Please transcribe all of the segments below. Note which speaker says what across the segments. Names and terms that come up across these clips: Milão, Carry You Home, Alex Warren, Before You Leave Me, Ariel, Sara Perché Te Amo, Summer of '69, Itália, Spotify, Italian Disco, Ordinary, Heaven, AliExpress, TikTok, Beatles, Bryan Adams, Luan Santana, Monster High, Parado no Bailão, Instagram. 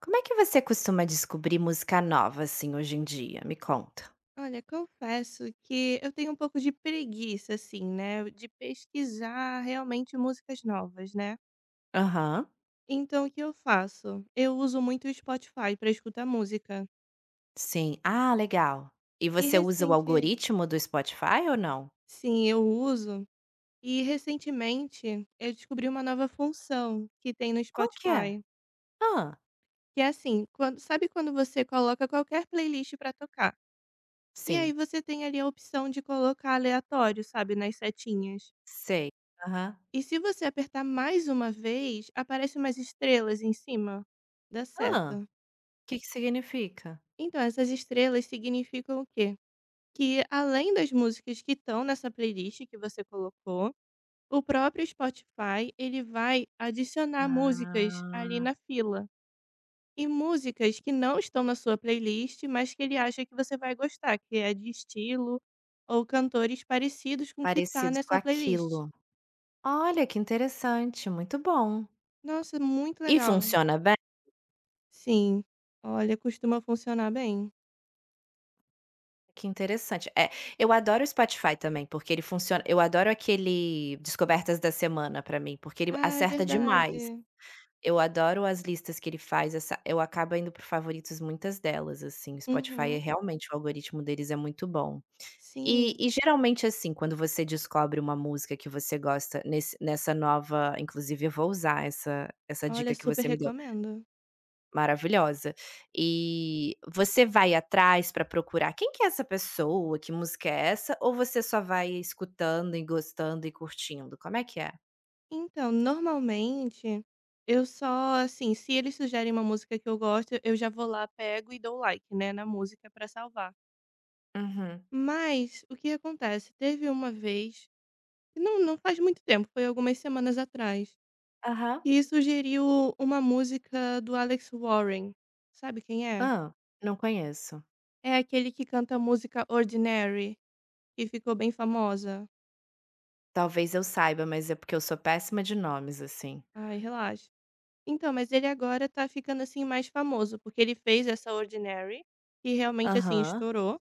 Speaker 1: Como é que você costuma descobrir música nova, assim, hoje em dia? Me conta.
Speaker 2: Olha, confesso que eu tenho um pouco de preguiça, assim, né, de pesquisar realmente músicas novas, né.
Speaker 1: Aham,
Speaker 2: Então o que eu faço? Eu uso muito o Spotify para escutar música.
Speaker 1: sim. Ah, legal. E
Speaker 2: E
Speaker 1: você usa o
Speaker 2: recente
Speaker 1: algoritmo do Spotify ou não?
Speaker 2: sim, eu uso. E recentemente eu descobri uma nova função que tem no
Speaker 1: Qual que é?
Speaker 2: Spotify,
Speaker 1: Ah,
Speaker 2: que é assim, quando sabe quando você coloca qualquer playlist para tocar? E aí
Speaker 1: sim,
Speaker 2: você tem ali a opção de colocar aleatório, sabe, nas setinhas.
Speaker 1: sei. Aham.
Speaker 2: E se você apertar mais uma vez, aparecem umas estrelas em cima da
Speaker 1: Hã,
Speaker 2: seta.
Speaker 1: que significa?
Speaker 2: Então, essas estrelas significam o quê? Que além das músicas que estão nessa playlist que você colocou, o próprio Spotify ele vai adicionar músicas ali
Speaker 1: Ah,
Speaker 2: na fila. E músicas que não estão na sua playlist, mas que ele acha que você vai gostar, que é de estilo ou cantores parecidos com o que está
Speaker 1: parecidos com
Speaker 2: nessa playlist.
Speaker 1: aquilo. Olha, que interessante, muito bom.
Speaker 2: Nossa, muito
Speaker 1: E
Speaker 2: legal.
Speaker 1: funciona bem?
Speaker 2: Sim. Olha, costuma funcionar bem.
Speaker 1: Que interessante. É, eu adoro o Spotify também, porque ele funciona eu adoro aquele descobertas da semana pra mim, porque ele
Speaker 2: Ah, é
Speaker 1: acerta demais.
Speaker 2: verdade.
Speaker 1: Eu adoro as listas que ele faz, essa eu acabo indo para favoritos muitas delas, assim,
Speaker 2: Uhum.
Speaker 1: o algoritmo deles é muito bom. E
Speaker 2: Sim.
Speaker 1: e geralmente, assim, quando você descobre uma música que você gosta nesse nessa nova, inclusive eu vou usar essa
Speaker 2: Olha,
Speaker 1: dica que
Speaker 2: super
Speaker 1: você me deu.
Speaker 2: recomendo.
Speaker 1: Maravilhosa. E você vai atrás para procurar quem que é essa pessoa, que música é essa, ou você só vai escutando e gostando e curtindo? Como é que é?
Speaker 2: Então, normalmente, eu só assim, se eles sugerem uma música que eu gosto, eu já vou lá, pego e dou like, né, na música pra salvar.
Speaker 1: Uhum.
Speaker 2: Mas, o que acontece? Teve uma vez, que não, não faz muito tempo, foi algumas semanas atrás,
Speaker 1: Aham.
Speaker 2: que sugeriu uma música do Alex Warren. Sabe quem é?
Speaker 1: Hã, não conheço.
Speaker 2: É aquele que canta a música Ordinary. Que ficou bem famosa?
Speaker 1: Talvez eu saiba, mas é porque eu sou péssima de nomes, assim.
Speaker 2: Ai, relaxa. Então, mas ele agora tá ficando, assim, mais famoso, porque ele fez essa Ordinary, que realmente, assim,
Speaker 1: Aham,
Speaker 2: estourou.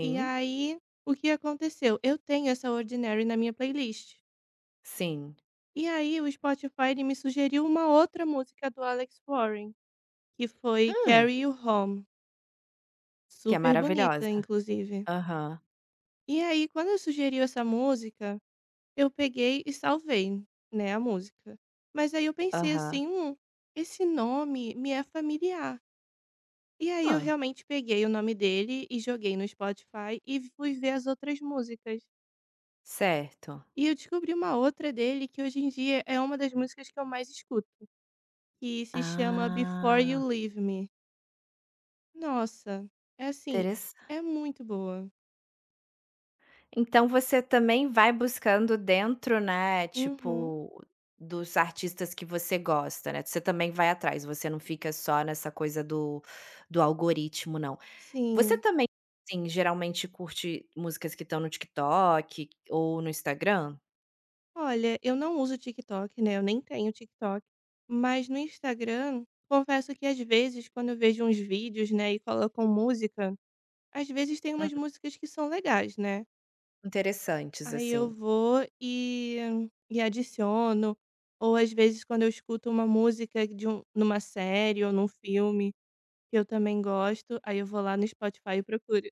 Speaker 2: E aí, o que aconteceu? Eu tenho essa Ordinary na minha playlist.
Speaker 1: sim.
Speaker 2: E aí, o Spotify ele me sugeriu uma outra música do Alex Warren, que foi
Speaker 1: Hum,
Speaker 2: Carry You Home.
Speaker 1: que é
Speaker 2: Super bonita,
Speaker 1: maravilhosa.
Speaker 2: inclusive.
Speaker 1: Aham,
Speaker 2: E aí, quando eu sugeriu essa música. Eu peguei e salvei, né, a música. Mas aí eu pensei
Speaker 1: aham.
Speaker 2: assim: esse nome me é familiar". E aí
Speaker 1: Hã,
Speaker 2: eu realmente peguei o nome dele e joguei no Spotify e fui ver as outras músicas.
Speaker 1: certo.
Speaker 2: E eu descobri uma outra dele que hoje em dia é uma das músicas que eu mais escuto, que se chama Before You
Speaker 1: Ah,
Speaker 2: Leave Me. Nossa, é assim, é muito boa.
Speaker 1: então você também vai buscando dentro, né,
Speaker 2: Uhum,
Speaker 1: tipo, dos artistas que você gosta, né, você também vai atrás, você não fica só nessa coisa do algoritmo não. Você
Speaker 2: sim.
Speaker 1: também, assim, geralmente curte músicas que estão no TikTok ou no Instagram?
Speaker 2: Olha, eu não uso TikTok, né, eu nem tenho TikTok, mas no Instagram, confesso que às vezes quando eu vejo uns vídeos, né, e colocam música, às vezes tem
Speaker 1: Hum,
Speaker 2: umas músicas que são legais, né,
Speaker 1: interessantes,
Speaker 2: aí eu
Speaker 1: assim.
Speaker 2: vou e adiciono, ou às vezes quando eu escuto uma música de um numa série ou num filme que eu também gosto, aí eu vou lá no Spotify e procuro.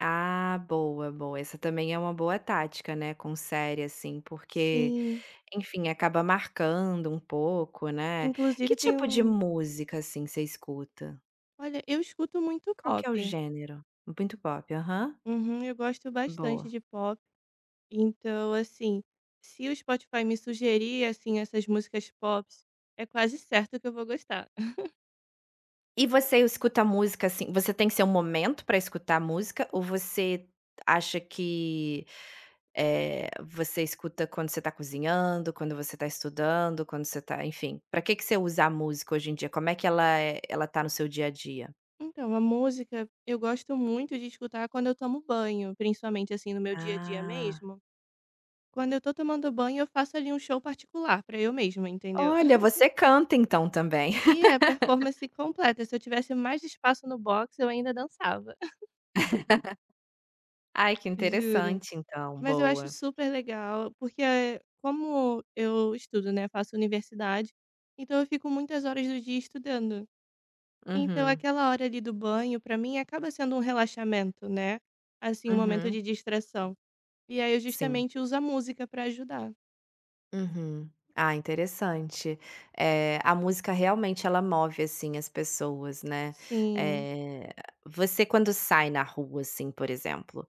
Speaker 1: Ah, boa, boa. Essa também é uma boa tática, né, com série, assim, porque,
Speaker 2: Sim,
Speaker 1: enfim, acaba marcando um pouco, né. Que
Speaker 2: inclusive tem
Speaker 1: tipo de
Speaker 2: um
Speaker 1: música, assim, você escuta?
Speaker 2: olha, eu escuto muito
Speaker 1: Qual que é o
Speaker 2: pop.
Speaker 1: gênero? Muito pop, aham,
Speaker 2: Uhum, eu gosto bastante
Speaker 1: boa.
Speaker 2: de pop. Então, assim, se o Spotify me sugerir, assim, essas músicas pops, é quase certo que eu vou gostar.
Speaker 1: E você escuta música, assim, você tem seu momento pra escutar música ou você acha que, você escuta quando você tá cozinhando, quando você tá estudando, quando você tá, enfim, pra que que você usa a música hoje em dia? Como é que ela tá no seu dia a dia?
Speaker 2: Então, a música eu gosto muito de escutar quando eu tomo banho, principalmente assim no meu dia a dia
Speaker 1: Ah.
Speaker 2: mesmo. Quando eu tô tomando banho, eu faço ali um show particular pra eu mesma, entendeu?
Speaker 1: Olha, você canta então também.
Speaker 2: E é performance completa. Se eu tivesse mais espaço no box, eu ainda dançava.
Speaker 1: Ai, que
Speaker 2: Juro.
Speaker 1: interessante então,
Speaker 2: Mas eu acho
Speaker 1: boa.
Speaker 2: super legal, porque, como eu estudo, né, faço universidade, então eu fico muitas horas do dia estudando. Então
Speaker 1: Uhum,
Speaker 2: aquela hora ali do banho, pra mim, acaba sendo um relaxamento, né, assim, um momento
Speaker 1: uhum,
Speaker 2: de distração. E aí eu
Speaker 1: sim.
Speaker 2: justamente uso a música pra ajudar.
Speaker 1: Uhum. Ah, interessante. É a música realmente, ela move, assim, as pessoas, né.
Speaker 2: Sim.
Speaker 1: É, você quando sai na rua, assim, por exemplo,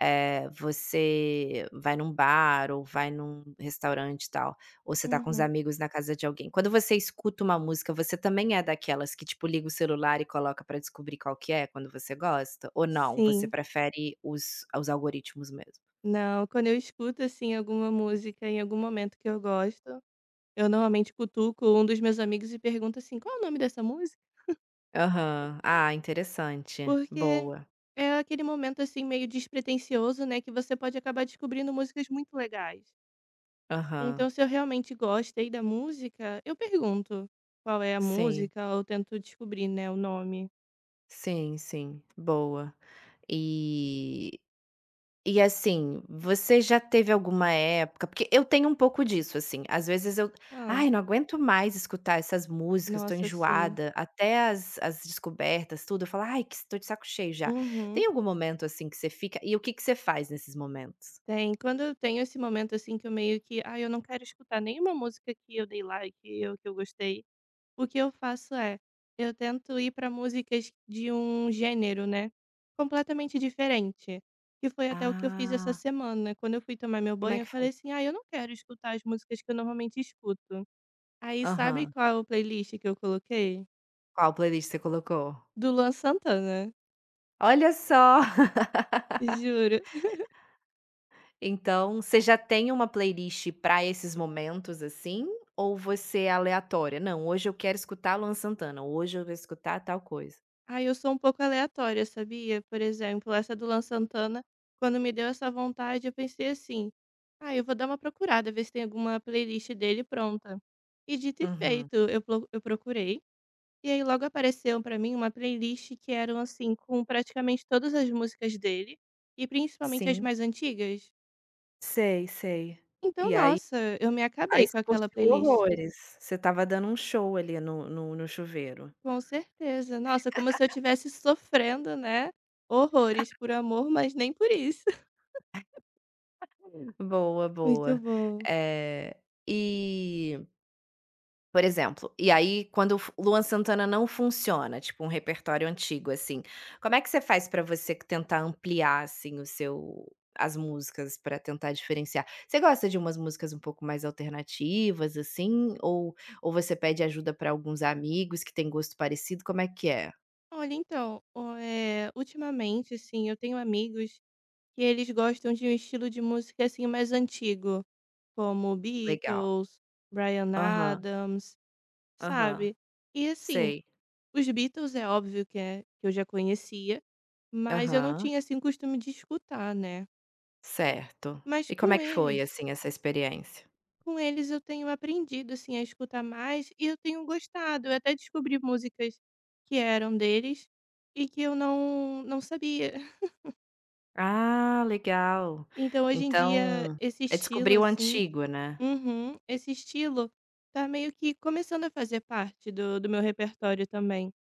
Speaker 1: é, você vai num bar ou vai num restaurante e tal, ou você tá com os
Speaker 2: Uhum.
Speaker 1: amigos na casa de alguém, quando você escuta uma música, você também é daquelas que, tipo, liga o celular e coloca pra descobrir qual que é, quando você gosta? Ou não, você
Speaker 2: Sim.
Speaker 1: prefere os algoritmos mesmo?
Speaker 2: Não, quando eu escuto, assim, alguma música em algum momento que eu gosto, eu normalmente cutuco um dos meus amigos e pergunto assim: "Qual é o nome dessa música?"
Speaker 1: Aham. Ah, interessante.
Speaker 2: Porque
Speaker 1: Boa.
Speaker 2: é aquele momento, assim, meio despretensioso, né, que você pode acabar descobrindo músicas muito legais.
Speaker 1: Aham.
Speaker 2: Então, se eu realmente gostei da música, eu pergunto qual é a
Speaker 1: Sim,
Speaker 2: música ou tento descobrir, né, o nome.
Speaker 1: sim, sim. Boa. E e assim, você já teve alguma época, porque eu tenho um pouco disso, assim, às vezes eu:
Speaker 2: Ah,
Speaker 1: "Ai, não aguento mais escutar essas músicas, tô
Speaker 2: nossa, sim.
Speaker 1: enjoada", até as descobertas, tudo, eu falo: "Ai, que estou de saco cheio já".
Speaker 2: Uhum.
Speaker 1: Tem algum momento, assim, que você fica, e o que que você faz nesses momentos?
Speaker 2: Tem. Quando eu tenho esse momento, assim, que eu meio que, ah, eu não quero escutar nenhuma música que eu dei like, ou que eu gostei, o que eu faço é, eu tento ir para músicas de um gênero, né, completamente diferente, que foi até o que eu fiz essa
Speaker 1: Ah,
Speaker 2: semana. Quando eu fui tomar meu
Speaker 1: como é
Speaker 2: banho, eu
Speaker 1: que foi?
Speaker 2: falei assim: "Ah, eu não quero escutar as músicas que eu normalmente escuto". Aí sabe
Speaker 1: Aham.
Speaker 2: qual playlist que eu coloquei?
Speaker 1: Qual playlist você colocou?
Speaker 2: Do Luan Santana,
Speaker 1: Olha só!
Speaker 2: juro.
Speaker 1: Então, você já tem uma playlist para esses momentos, assim, ou você é aleatória? "Não, hoje eu quero escutar Luan Santana, hoje eu vou escutar tal coisa".
Speaker 2: Ah, eu sou um pouco aleatória, sabia? Por exemplo, essa do Lan Santana, quando me deu essa vontade, eu pensei assim: ah, eu vou dar uma procurada, ver se tem alguma playlist dele pronta. E dito e
Speaker 1: Uhum.
Speaker 2: feito, eu, eu procurei. E aí logo apareceu pra mim uma playlist que eram assim, com praticamente todas as músicas dele, e principalmente as
Speaker 1: Sim,
Speaker 2: mais antigas.
Speaker 1: sei, sei.
Speaker 2: Então,
Speaker 1: E aí
Speaker 2: nossa, eu me acabei
Speaker 1: aí
Speaker 2: com
Speaker 1: você
Speaker 2: aquela
Speaker 1: curtiu
Speaker 2: playlist.
Speaker 1: horrores, você estava dando um show ali no chuveiro.
Speaker 2: Com certeza. Nossa, como se eu estivesse sofrendo, né? Horrores por amor, mas nem por isso.
Speaker 1: Boa,
Speaker 2: Muito
Speaker 1: boa.
Speaker 2: bom.
Speaker 1: Eh, e Por exemplo, e aí quando o Luan Santana não funciona, tipo um repertório antigo, assim, como é que você faz pra você que tentar ampliar, assim, o seu, as músicas pra tentar diferenciar? Você gosta de umas músicas um pouco mais alternativas, assim, ou você pede ajuda pra alguns amigos que têm gosto parecido, como é que é?
Speaker 2: Olha, então, ultimamente, assim, eu tenho amigos que eles gostam de um estilo de música, assim, mais antigo, como
Speaker 1: Legal.
Speaker 2: Beatles, Bryan
Speaker 1: Aham,
Speaker 2: Adams,
Speaker 1: aham,
Speaker 2: sabe. E, assim,
Speaker 1: sei.
Speaker 2: os Beatles é óbvio que é que eu já conhecia, mas eu não
Speaker 1: Aham,
Speaker 2: tinha, assim, costume de escutar, né.
Speaker 1: certo.
Speaker 2: Mas
Speaker 1: E como
Speaker 2: com
Speaker 1: é que foi,
Speaker 2: eles
Speaker 1: assim, essa experiência?
Speaker 2: Com eles eu tenho aprendido, assim, a escutar mais e eu tenho gostado. Eu até descobri músicas que eram deles e que eu não sabia.
Speaker 1: Ah, legal.
Speaker 2: Então hoje em dia
Speaker 1: Então,
Speaker 2: esse
Speaker 1: é
Speaker 2: estilo
Speaker 1: descobrir o
Speaker 2: assim,
Speaker 1: antigo, né.
Speaker 2: uhum, esse estilo tá meio que começando a fazer parte do meu repertório também.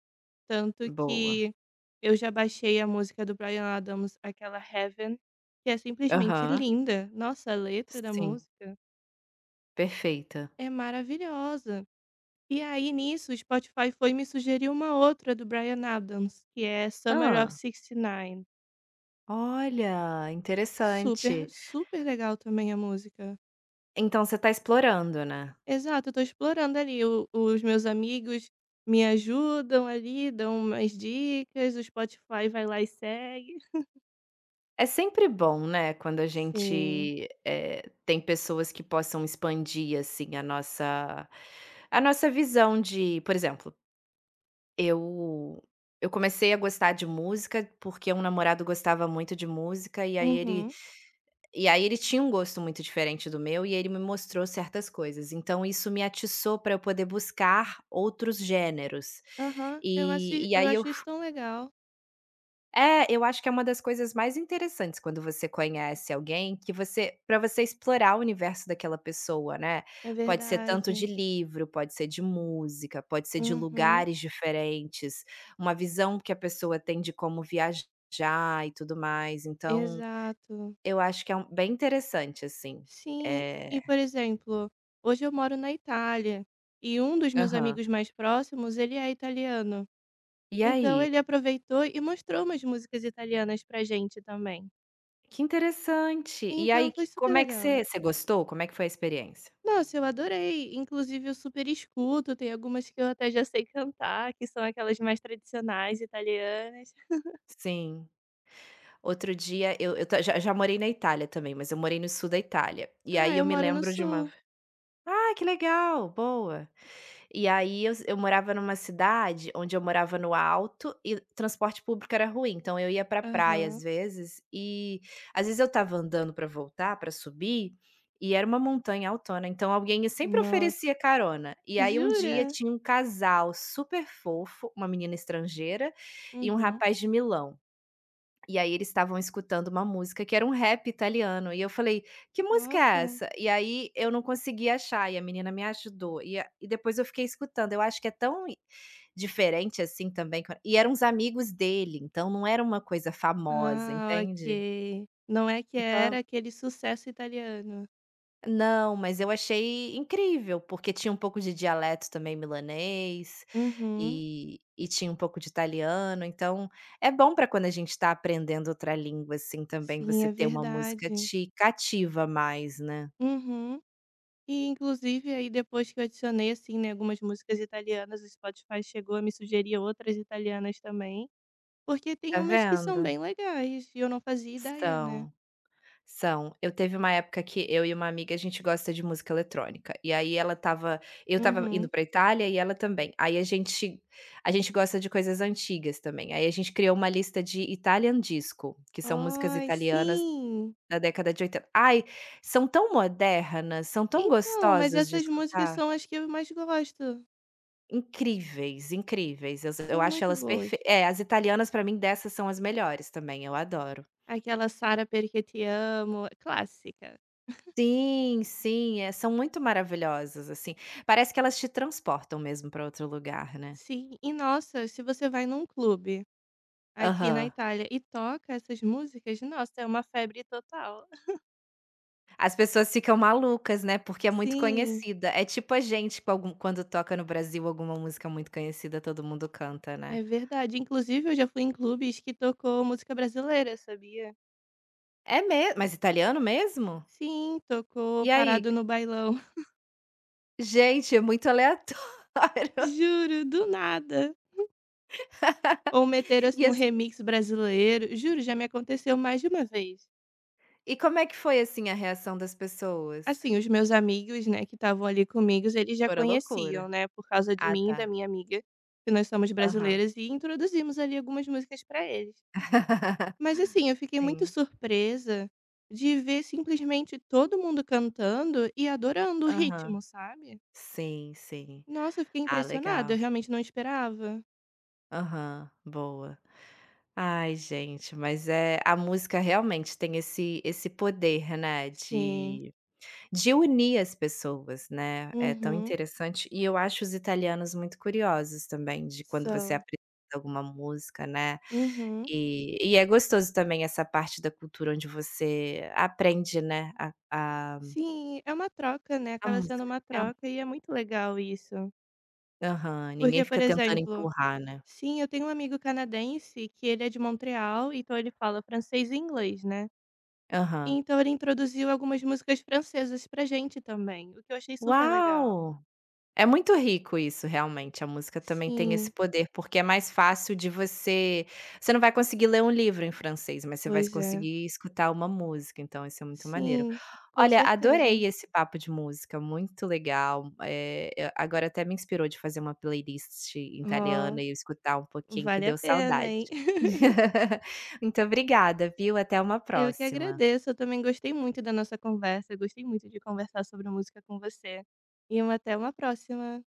Speaker 2: Tanto
Speaker 1: Boa.
Speaker 2: que eu já baixei a música do Bryan Adams, aquela Heaven, que é simplesmente
Speaker 1: Aham.
Speaker 2: linda. Nossa, a letra da
Speaker 1: Sim,
Speaker 2: música
Speaker 1: perfeita.
Speaker 2: é maravilhosa. E aí nisso o Spotify foi me sugerir uma outra do Bryan Adams, que é Summer of
Speaker 1: Ah,
Speaker 2: '69.
Speaker 1: olha,
Speaker 2: Super,
Speaker 1: interessante.
Speaker 2: super legal também a música.
Speaker 1: Então você está explorando, né.
Speaker 2: Exato, eu tô explorando ali, o os meus amigos me ajudam ali, dão umas dicas, o Spotify vai lá e segue.
Speaker 1: É sempre bom, né, quando a
Speaker 2: Sim.
Speaker 1: gente, tem pessoas que possam expandir, assim, a nossa visão de, por exemplo, eu eu comecei a gostar de música porque um namorado gostava muito de música
Speaker 2: Uhum.
Speaker 1: e aí ele tinha um gosto muito diferente do meu e ele me mostrou certas coisas, então isso me atiçou para eu poder buscar outros gêneros.
Speaker 2: Aham.
Speaker 1: E
Speaker 2: Eu
Speaker 1: aí eu,
Speaker 2: acho isso tão legal.
Speaker 1: eu acho que é uma das coisas mais interessantes quando você conhece alguém que você para você explorar o universo daquela pessoa, né.
Speaker 2: É
Speaker 1: Pode ser tanto de
Speaker 2: verdade.
Speaker 1: livro, pode ser de música, pode ser de
Speaker 2: Uhum.
Speaker 1: lugares diferentes, uma visão que a pessoa tem de como viajar e tudo mais, então
Speaker 2: Exato.
Speaker 1: eu acho que é um bem interessante, assim.
Speaker 2: Sim, e
Speaker 1: Eh
Speaker 2: por exemplo, hoje eu moro na Itália e um dos meus
Speaker 1: aham.
Speaker 2: amigos mais próximos, ele é italiano.
Speaker 1: E
Speaker 2: Então
Speaker 1: aí?
Speaker 2: ele aproveitou e mostrou umas músicas italianas pra gente também.
Speaker 1: Que interessante. E
Speaker 2: Então
Speaker 1: aí, que
Speaker 2: foi super
Speaker 1: como é que
Speaker 2: legal.
Speaker 1: você gostou? Como é que foi a experiência?
Speaker 2: Nossa, eu adorei. Inclusive eu super escuto, tem algumas que eu até já sei cantar, que são aquelas mais tradicionais italianas.
Speaker 1: Sim. Outro dia eu ta já morei na Itália também, mas eu morei no sul da Itália. E
Speaker 2: Ah,
Speaker 1: aí eu
Speaker 2: eu
Speaker 1: me
Speaker 2: moro no
Speaker 1: lembro de uma,
Speaker 2: sul.
Speaker 1: ah, que legal, boa. E aí eu morava numa cidade onde eu morava no alto e transporte público era ruim, então eu ia pra praia às
Speaker 2: Aham.
Speaker 1: vezes, e às vezes eu estava andando pra voltar, pra subir, e era uma montanha altona, então alguém sempre
Speaker 2: Nossa.
Speaker 1: oferecia carona. E aí um dia
Speaker 2: Jura?
Speaker 1: tinha um casal super fofo, uma menina estrangeira e um
Speaker 2: Uhum.
Speaker 1: rapaz de Milão. E aí eles estavam escutando uma música que era um rap italiano, e eu falei: "Que música é
Speaker 2: Nossa.
Speaker 1: essa?". E aí eu não consegui achar e a menina me ajudou, e depois eu fiquei escutando, eu acho que é tão i diferente, assim, também, quan e eram os amigos dele, então não era uma coisa famosa,
Speaker 2: Ah,
Speaker 1: entende?
Speaker 2: ok. Não é que era
Speaker 1: Então
Speaker 2: aquele sucesso italiano.
Speaker 1: Não, mas eu achei incrível, porque tinha um pouco de dialeto também milanês,
Speaker 2: Uhum.
Speaker 1: e tinha um pouco de italiano, então é bom para quando a gente está aprendendo outra língua, assim, também,
Speaker 2: Sim,
Speaker 1: você
Speaker 2: é
Speaker 1: ter uma música
Speaker 2: verdade.
Speaker 1: te cativa mais, né.
Speaker 2: Uhum. E inclusive aí depois que eu adicionei assim, né, algumas músicas italianas, o Spotify chegou a me sugerir outras italianas também, porque tem
Speaker 1: Tá
Speaker 2: umas que são
Speaker 1: vendo?
Speaker 2: bem legais e eu não fazia ideia, né?
Speaker 1: São. São. Eu Teve uma época que eu e uma amiga, a gente gosta de música eletrônica, e aí ela estava eu estava indo
Speaker 2: Uhum.
Speaker 1: pra Itália e ela também. Aí a gente, gosta de coisas antigas também, aí a gente criou uma lista de Italian Disco, que são músicas
Speaker 2: Ai,
Speaker 1: italianas
Speaker 2: sim.
Speaker 1: da década de 80. Ai, são tão modernas, são tão
Speaker 2: Então, mas
Speaker 1: gostosas de
Speaker 2: essas músicas
Speaker 1: escutar.
Speaker 2: são as que eu mais gosto.
Speaker 1: Incríveis, incríveis. Eu
Speaker 2: São
Speaker 1: acho
Speaker 2: muito
Speaker 1: elas
Speaker 2: boas.
Speaker 1: as italianas pra mim, dessas são as melhores também, eu adoro.
Speaker 2: Aquela Sara Perché Te Amo, clássica.
Speaker 1: Sim, sim, são muito maravilhosas, assim. Parece que elas te transportam mesmo para outro lugar, né.
Speaker 2: Sim, e nossa, se você vai num clube aqui na
Speaker 1: Aham.
Speaker 2: Itália e toca essas músicas, nossa, é uma febre total.
Speaker 1: As pessoas ficam malucas, né, porque é muito
Speaker 2: Sim,
Speaker 1: conhecida. É tipo a gente com algum quando toca no Brasil alguma música muito conhecida, todo mundo canta, né.
Speaker 2: é verdade. Inclusive, eu já fui em clubes que tocou música brasileira, sabia?
Speaker 1: É mesmo, mas italiano mesmo?
Speaker 2: Sim, tocou
Speaker 1: E aí?
Speaker 2: Parado no Bailão.
Speaker 1: Gente, é muito aleatório.
Speaker 2: Juro, do nada. Ou meteram
Speaker 1: E
Speaker 2: assim um
Speaker 1: as
Speaker 2: remix brasileiro. Juro, já me aconteceu mais de uma vez.
Speaker 1: e como é que foi, assim, a reação das pessoas?
Speaker 2: Assim, os meus amigos, né, que estavam ali comigo, eles já
Speaker 1: Fora loucura.
Speaker 2: conheciam, né, por causa de
Speaker 1: Ah,
Speaker 2: mim e da
Speaker 1: tá.
Speaker 2: minha amiga, que nós somos
Speaker 1: Aham.
Speaker 2: brasileiras, e introduzimos ali algumas músicas para eles. Mas assim, eu fiquei muito
Speaker 1: Sim.
Speaker 2: surpresa de ver simplesmente todo mundo cantando e adorando o
Speaker 1: Aham.
Speaker 2: ritmo, sabe?
Speaker 1: Sim, sim.
Speaker 2: Nossa, eu fiquei
Speaker 1: Ah,
Speaker 2: impressionada, eu
Speaker 1: legal.
Speaker 2: realmente não esperava.
Speaker 1: Aham, boa. Ai, gente, mas é, a música realmente tem esse poder, né,
Speaker 2: Sim.
Speaker 1: de unir as pessoas, né, é tão
Speaker 2: Uhum.
Speaker 1: interessante. E eu acho os italianos muito curiosos também, de quando você
Speaker 2: So.
Speaker 1: apresenta alguma música, né,
Speaker 2: Uhum.
Speaker 1: e é gostoso também essa parte da cultura onde você aprende, né, a a
Speaker 2: Sim, é uma troca, né?
Speaker 1: a
Speaker 2: Acaba sendo
Speaker 1: música.
Speaker 2: uma
Speaker 1: É.
Speaker 2: troca e é muito legal isso.
Speaker 1: Aham, ninguém
Speaker 2: Porque, por
Speaker 1: fica tentando
Speaker 2: exemplo.
Speaker 1: empurrar, né.
Speaker 2: Sim, eu tenho um amigo canadense que ele é de Montreal, então ele fala francês e inglês, né?
Speaker 1: Aham.
Speaker 2: Então ele introduziu algumas músicas francesas pra gente também, o que eu achei super legal.
Speaker 1: Uau! É muito rico isso, realmente. A música também tem esse
Speaker 2: Sim,
Speaker 1: poder, porque é mais fácil de você não vai conseguir ler um livro em francês, mas você vai
Speaker 2: pois é.
Speaker 1: conseguir escutar uma música, então isso é muito maneiro.
Speaker 2: Sim, com
Speaker 1: Olha,
Speaker 2: certeza.
Speaker 1: adorei esse papo de música, muito legal. Eu agora até me inspirou de fazer uma playlist
Speaker 2: Ó,
Speaker 1: italiana e eu escutar um pouquinho, que
Speaker 2: vale a
Speaker 1: deu
Speaker 2: pena,
Speaker 1: saudade.
Speaker 2: hein?
Speaker 1: Muito obrigada, viu? Até uma
Speaker 2: Eu que
Speaker 1: próxima.
Speaker 2: agradeço, eu também gostei muito da nossa conversa, gostei muito de conversar sobre música com você. Até uma próxima.